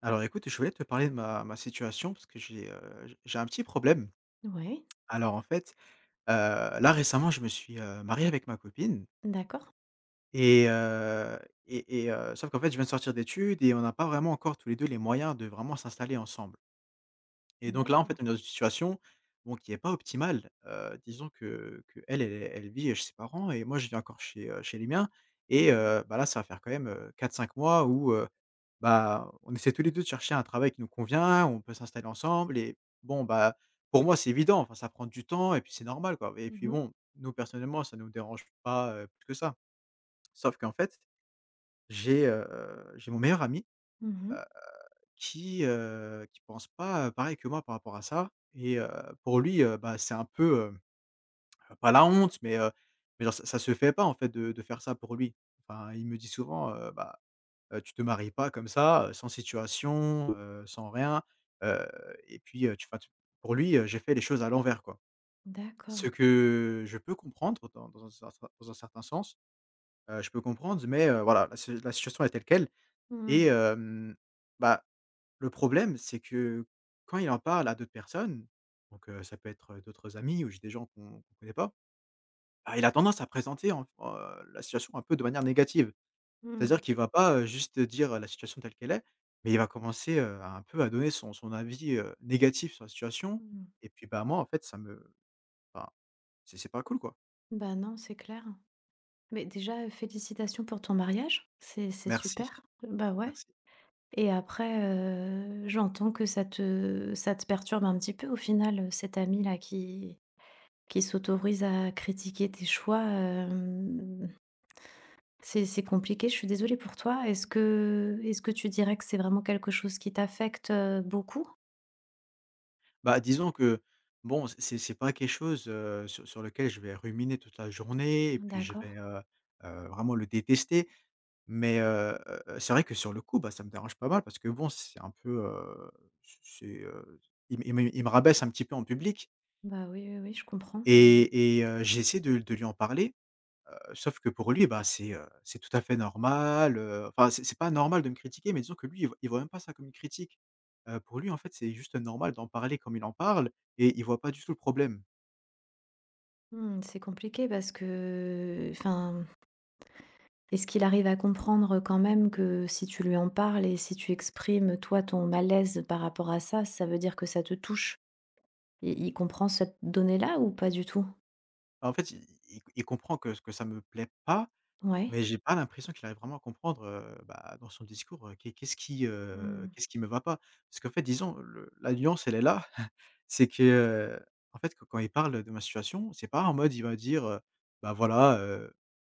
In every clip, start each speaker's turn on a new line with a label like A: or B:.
A: Alors écoute, je voulais te parler de ma situation parce que j'ai, j'ai un petit problème.
B: Ouais,
A: Alors en fait, heu, là récemment, je me suis, marié avec ma copine
B: d'accord,
A: et heu et sauf qu'en fait, je viens de sortir d'études et on n'a pas vraiment encore tous les 2 les moyens de vraiment s'installer ensemble. Et donc là, en fait,
B: d'accord.
A: on est dans une situation, bon, qui est pas optimale. Disons que qu'elle, elle vit chez ses parents et moi, je vis encore chez, chez les miens
B: Mmh
A: et
B: mh.
A: bah, là, ça va faire quand même, 4-5 mois où, bah, on essaie tous les 2 de chercher un travail qui nous convient, on peut s'installer ensemble et bon, bah, pour moi, c'est évident, enfin, ça prend du temps et puis c'est normal, quoi, et puis
B: Mmh.
A: bon, nous, personnellement, ça ne nous dérange pas, plus que ça. Sauf qu'en fait, j'ai, heu, j'ai mon meilleur ami
B: Mmh.
A: qui pense pas, pareil que moi par rapport à ça et pour lui, bah, c'est un peu, pas la honte, mais genre ça se fait pas en fait de faire ça pour lui. Enfin, il me dit souvent, «Bah, tu te maries pas comme ça, sans situation, sans rien, heu et puis, tu» pour lui, j'ai fait les choses à l'envers, quoi.
B: D'accord.
A: Ce que je peux comprendre dans un certain sens, je peux comprendre, mais voilà, la si la situation est telle quelle et
B: Mmh.
A: bah, le problème, c'est que quand il en parle à d'autres personnes, donc ça peut être, d'autres amis ou juste des gens qu'on connaît pas, bah, il a tendance à présenter en la situation un peu de manière négative.
B: Mmh.
A: C'est-à-dire qu'il va pas, juste dire la situation telle qu'elle est, mais il va commencer, à un peu à donner son avis, négatif sur la situation
B: Mmh.
A: et puis, bah, moi, en fait, ça me enfin, c'est pas cool, quoi.
B: Bah, non, c'est clair. Mais déjà, félicitations pour ton mariage, c'est
A: Merci,
B: super. Bah, ouais.
A: merci.
B: Et après, j'entends que ça te perturbe un petit peu au final, cet ami-là qui s'autorise à critiquer tes choix, c'est compliqué, je suis désolée pour toi. Est-ce que tu dirais que c'est vraiment quelque chose qui t'affecte, beaucoup?
A: Bah, disons que, bon, c'est pas quelque chose, sur lequel je vais ruminer toute la journée et puis je
B: D'accord.
A: vais, vraiment le détester. Mais, c'est vrai que sur le coup, bah, ça me dérange pas mal parce que bon, c'est un peu, c'est, il me rabaisse un petit peu en public
B: Bah, oui, oui, oui, je comprends, ouais, ouais.
A: et j'essaie de lui en parler. Sauf que pour lui, bah, c'est tout à fait normal, enfin c'est pas normal de me critiquer, mais disons que lui, il voit même pas ça comme une critique. Pour lui, en fait, c'est juste normal d'en parler comme il en parle et il voit pas du tout le problème.
B: Mmh, c'est compliqué parce que, enfin, est-ce qu'il arrive à comprendre quand même que si tu lui en parles et si tu exprimes, toi, ton malaise par rapport à ça, ça veut dire que ça te touche? I il comprend cette donnée-là ou pas du tout?
A: En fait, i i il comprend que ça me plaît pas,
B: Ouais.
A: mais j'ai pas l'impression qu'il arrive vraiment à comprendre, bah, dans son discours,
B: Mmh.
A: qu'est-ce qui me va pas. Parce qu'en fait, disons, le la nuance, elle est là, c'est que, en fait, quand il parle de ma situation, c'est pas en mode, il va dire, «Bah, voilà,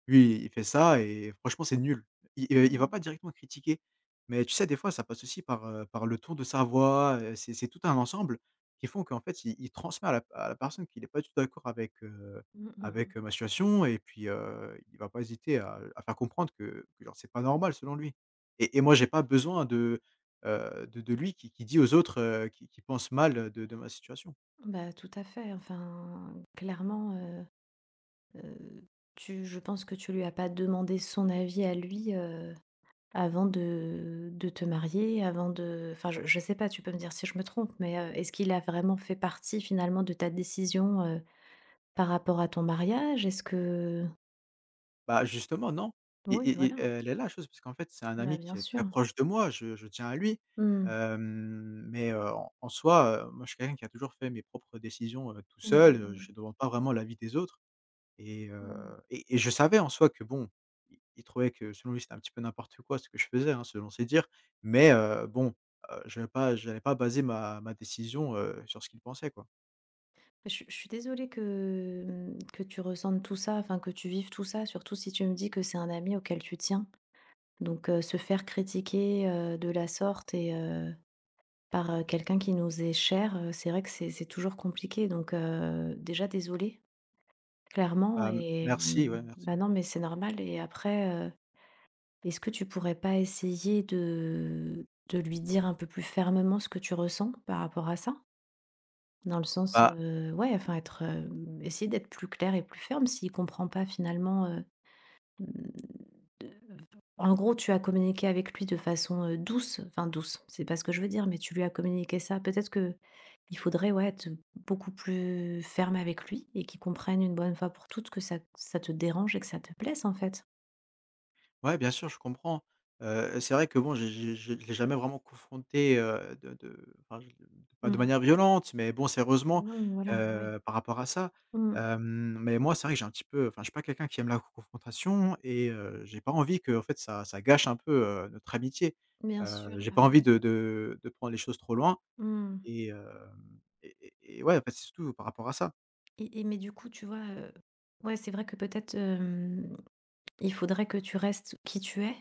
A: lui, il fait ça et franchement, c'est nul». Il va
B: Mmh.
A: pas directement critiquer. Mais tu sais, des fois, ça passe aussi par, par le ton de sa voix, c'est tout un ensemble qui font qu'en fait, il transmet à la personne qu'il est pas du tout d'accord avec,
B: Mmh, mmh.
A: avec, ma situation et puis, il va pas hésiter à faire comprendre que genre c'est pas normal selon lui et moi j'ai pas besoin de, de lui qui dit aux autres, qui pensent mal de ma situation.
B: Bah, tout à fait, enfin, clairement. Heu, Tu, je pense que tu lui as pas demandé son avis à lui, avant de te marier, avant de, enfin, je sais pas, tu peux me dire si je me trompe, mais, est-ce qu'il a vraiment fait partie finalement de ta décision, par rapport à ton mariage? Est-ce que
A: Bah, justement non
B: oui, voilà,
A: elle est là la chose parce qu'en fait c'est un
B: bah,
A: ami
B: bien
A: qui est
B: sûr.
A: très proche de moi, je tiens à lui,
B: Mmh.
A: mais, en soi, moi je suis quelqu'un qui a toujours fait mes propres décisions, tout
B: Mmh
A: seul,
B: mh, mmh.
A: je ne demande pas vraiment l'avis des autres. Et heu
B: Mmh.
A: et je savais en soi que bon, il trouvait que selon lui, c'était un petit peu n'importe quoi ce que je faisais, hein, selon ses dires. Mais bon, je n'allais pas j'allais pas baser ma décision, sur ce qu'il pensait, quoi.
B: Je suis désolée que, mmh, que tu ressentes tout ça, enfin, que tu vives tout ça, surtout si tu me dis que c'est un ami auquel tu tiens. Donc, se faire critiquer, de la sorte et euh, par, quelqu'un qui nous est cher, c'est vrai que c'est toujours compliqué, donc déjà désolée, clairement.
A: Bah,
B: Et mmh,
A: merci, ouais, merci.
B: bah, non, mais c'est normal. Et après, est-ce que tu pourrais pas essayer de lui dire un peu plus fermement ce que tu ressens par rapport à ça? Dans le sens,
A: Bah,
B: ouais, enfin être, essayer d'être plus clair et plus ferme s'il comprend pas finalement. Mmh. En gros, tu as communiqué avec lui de façon, douce, enfin douce, c'est pas ce que je veux dire, mais tu lui as communiqué ça. Peut-être que il faudrait, ouais, être beaucoup plus ferme avec lui et qu'il comprenne une bonne fois pour toutes que ça te dérange et que ça te blesse, en fait.
A: ouais, bien sûr, je comprends. C'est vrai que bon, j'ai je ne l'ai jamais vraiment confronté, de enfin, je pas de
B: Mmh.
A: manière violente, mais bon, sérieusement,
B: Non, voilà, oui.
A: heureusement, par rapport à ça.
B: Mmh.
A: Mais moi, c'est vrai que j'ai un petit peu enfin, je suis pas quelqu'un qui aime la confrontation et j'ai pas envie que en fait, ça gâche un peu, notre amitié.
B: Bien sûr,
A: J'ai
B: bah
A: pas envie
B: oui.
A: de prendre les choses trop loin
B: Mmh.
A: et hem et ouais, en fait, c'est surtout par rapport à ça.
B: Et mais du coup, tu vois, ouais, c'est vrai que peut-être, il faudrait que tu restes qui tu es.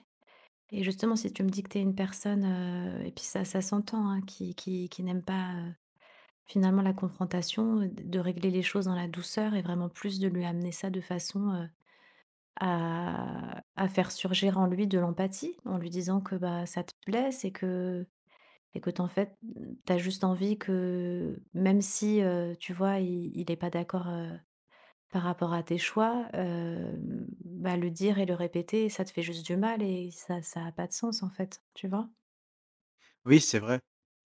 B: Et justement, si tu me dis que tu es une personne, et puis ça s'entend, hein, qui n'aime pas, finalement, la confrontation, de régler les choses dans la douceur et vraiment plus de lui amener ça de façon, à faire surgir en lui de l'empathie, en lui disant que, bah, ça te blesse et que et que, t'en fait, t'as juste envie que, même si, tu vois, i il est pas d'accord, par rapport à tes choix, bah, le dire et le répéter, ça te fait juste du mal et ça a pas de sens, en fait, tu vois?
A: Oui, c'est vrai.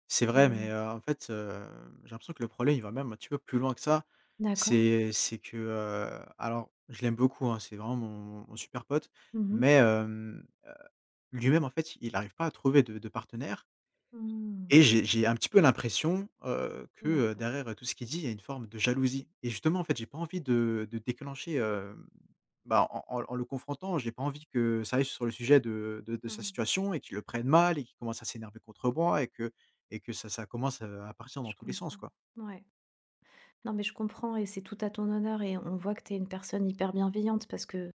A: C'est vrai,
B: Mmh.
A: mais en fait, j'ai l'impression que le problème, il va même un petit peu plus loin que ça.
B: D'accord.
A: C'est que, alors je l'aime beaucoup, hein, c'est vraiment mon super pote,
B: Mmh mh.
A: mais lui-même, en fait, il n'arrive pas à trouver de partenaire
B: Mmh.
A: et j'ai un petit peu l'impression, que,
B: D'accord.
A: derrière, tout ce qu'il dit, il y a une forme de jalousie et justement, en fait, j'ai pas envie de déclencher, bah, en le confrontant, j'ai pas envie que ça aille sur le sujet de sa
B: Mmh.
A: situation et qu'il le prenne mal et qu'il commence à s'énerver contre moi et que ça commence, à partir
B: Je
A: dans tous les sens,
B: comprends.
A: quoi.
B: Ouais. Non, mais je comprends et c'est tout à ton honneur et on voit que tu es une personne hyper bienveillante parce que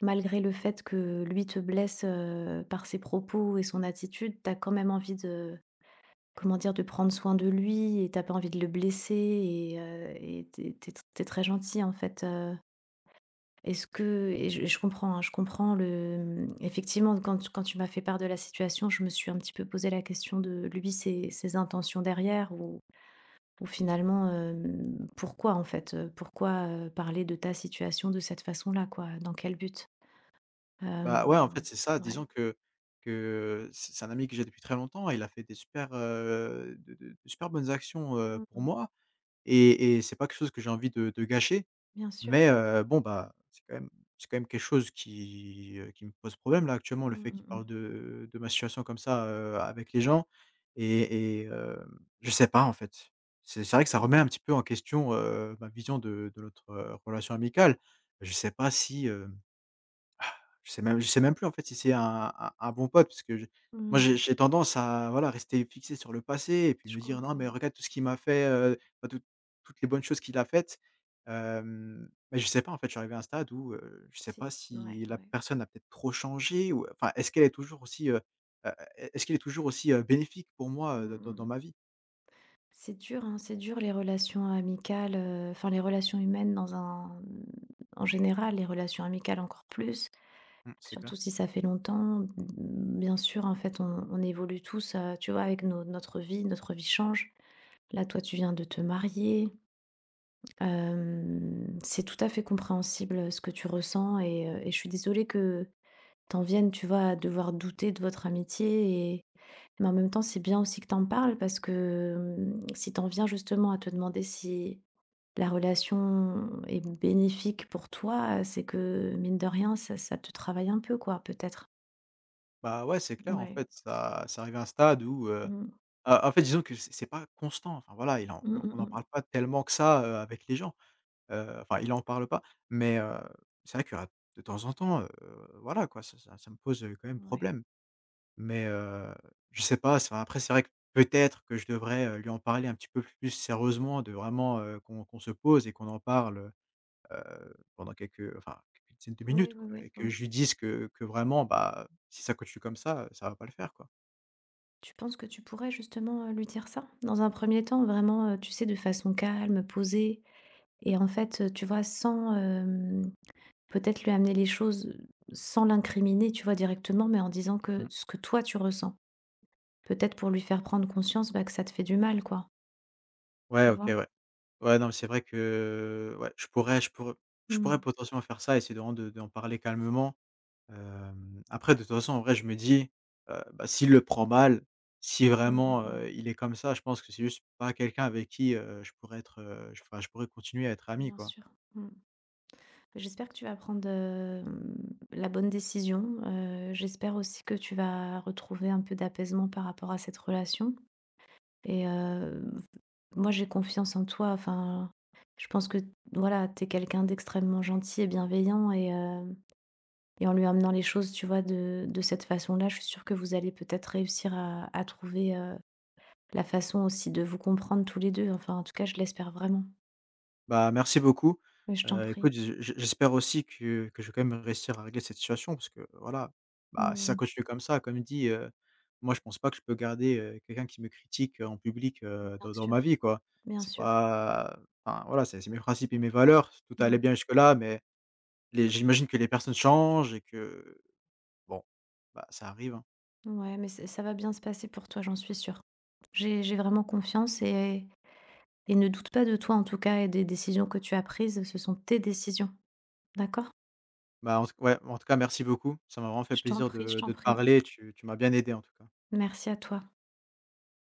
B: malgré le fait que lui te blesse, par ses propos et son attitude, tu as quand même envie de, comment dire, de prendre soin de lui et t'as pas envie de le blesser. Et et t'es très gentil en fait. Est-ce que, et je comprends, hein, je comprends le, mmh, effectivement, quand, quand tu m'as fait part de la situation, je me suis un petit peu posé la question de lui, ses, ses intentions derrière ou finalement, pourquoi en fait, pourquoi, parler de ta situation de cette façon-là quoi? Dans quel but?
A: Bah, ouais, en
B: Hem,
A: fait, c'est ça, disons
B: ouais.
A: que que c'est un ami que j'ai depuis très longtemps, il a fait des super, de super bonnes actions,
B: Mmh
A: pour
B: mh.
A: moi et c'est pas quelque chose que j'ai envie de gâcher.
B: Bien sûr.
A: Mais bon, bah, c'est quand même quelque chose qui me pose problème là actuellement, le
B: Mmh
A: fait
B: mh
A: qu'il
B: mh.
A: parle de ma situation comme ça, avec les gens je sais pas en fait. C'est vrai que ça remet
B: Mmh.
A: un petit peu en question, ma vision de notre, relation amicale. Je sais pas si, hem je sais même plus en fait si c'est un un bon pote parce que je moi
B: Mmh.
A: j'ai tendance à voilà rester fixé sur le passé et puis
B: Je
A: me dire: «Non mais
B: comprends.
A: regarde tout ce qu'il m'a fait, enfin toutes les bonnes choses qu'il a faites». Mais je sais pas en fait, je suis arrivé à un stade où, je sais
B: C'est
A: pas
B: ouais,
A: si la
B: ouais.
A: personne a peut-être trop changé ou enfin est-ce qu'elle est toujours aussi, heu, est ce qu'elle est toujours aussi, bénéfique pour moi,
B: Mmh mh
A: dans
B: mh.
A: ma vie.
B: C'est dur, hein, c'est dur les relations amicales, enfin les relations humaines dans un, en général, les relations amicales encore plus,
A: Mmh, c'est
B: surtout
A: clair.
B: si ça fait longtemps. Mmh, bien sûr, en fait, on évolue tous, tu vois, avec nos notre vie change. Là, toi, tu viens de te marier. Hem, c'est tout à fait compréhensible, ce que tu ressens. Et heu, et je suis désolée que t'en en viennes, tu vois, à devoir douter de votre amitié. Et mais en même temps, c'est bien aussi que t'en parles parce que, si t'en viens justement à te demander si la relation est bénéfique pour toi, c'est que mine de rien, ça te travaille un peu quoi, peut-être?
A: Bah ouais, c'est clair en
B: Ouais.
A: fait, ça c'est arrivé à un stade où,
B: Mmh.
A: En fait, disons que c'est pas constant, enfin voilà, il en
B: Mmh,
A: on
B: mmh
A: en
B: mh.
A: parle pas tellement que ça, avec les gens. Enfin, il en parle pas, mais c'est vrai que à de temps en temps, voilà quoi, ça me pose, quand même
B: Ouais.
A: problème. Mais je sais pas, enfin après c'est vrai que peut-être que je devrais, lui en parler un petit peu plus sérieusement, de vraiment, qu'on se pose et qu'on en parle, pendant quelques enfin, quelques dizaines de
B: Oui,
A: minutes
B: oui,
A: quoi
B: oui,
A: et que
B: oui.
A: je lui dise que vraiment, bah, si ça continue comme ça, ça va pas le faire quoi.
B: Tu penses que tu pourrais justement, lui dire ça? Dans un premier temps, vraiment, tu sais, de façon calme, posée. Et en fait, tu vois, sans, peut-être lui amener les choses, sans l'incriminer, tu vois, directement, mais en disant que
A: Mmh.
B: ce que toi tu ressens. Peut-être pour lui faire prendre conscience, bah, que ça te fait du mal, quoi.
A: Ouais,
B: Tu
A: OK,
B: vois?
A: ouais. Ouais, non, mais c'est vrai que, ouais, je
B: Mmh.
A: pourrais potentiellement faire ça, essayer de vraiment de d'en parler calmement. Après de toute façon, en vrai, je me dis, bah, s'il le prend mal, si
B: Mmh, mmh,
A: vraiment,
B: mmh.
A: il est comme ça, je pense que c'est juste pas quelqu'un avec qui, je pourrais être, j enfin, je pourrais continuer à être ami,
B: Bien
A: quoi.
B: sûr. Mmh. J'espère que tu vas prendre, la bonne décision, j'espère aussi que tu vas retrouver un peu d'apaisement par rapport à cette relation. Et moi, j'ai confiance en toi. Enfin, je pense que, voilà, t'es quelqu'un d'extrêmement gentil et bienveillant. Et et en lui amenant les choses, tu vois, de cette façon-là, je suis sûre que vous allez peut-être réussir à trouver, la façon aussi de vous comprendre tous les 2. Enfin, en tout cas, je l'espère vraiment.
A: Bah, merci beaucoup.
B: Mais je t'en prie.
A: Écoute, je j'espère aussi que je vais quand même réussir à régler cette situation parce que, voilà, bah, si ça
B: Mmh.
A: continue comme ça, comme dit, moi je pense pas que je peux garder, quelqu'un qui me critique, en public,
B: Bien
A: dans ma
B: sûr,
A: vie, quoi.
B: bien
A: C'est
B: sûr.
A: pas enfin, voilà, c'est mes principes et mes valeurs. Tout allait
B: Mmh.
A: bien jusque-là, mais les j'imagine que les personnes changent et que, bon, bah, ça arrive, hein.
B: Ouais, mais ç ça va bien se passer pour toi, j'en suis sûre. J'ai vraiment confiance. Et ne doute pas de toi, en tout cas, et des décisions que tu as prises, ce sont tes décisions. D'accord,
A: Bah, en tout ouais, en tout cas merci beaucoup. Ça m'a vraiment fait
B: je t'en
A: plaisir
B: prie, je
A: de
B: t'en
A: de te
B: prie.
A: parler. Tu m'as bien aidé, en tout cas.
B: Merci à toi.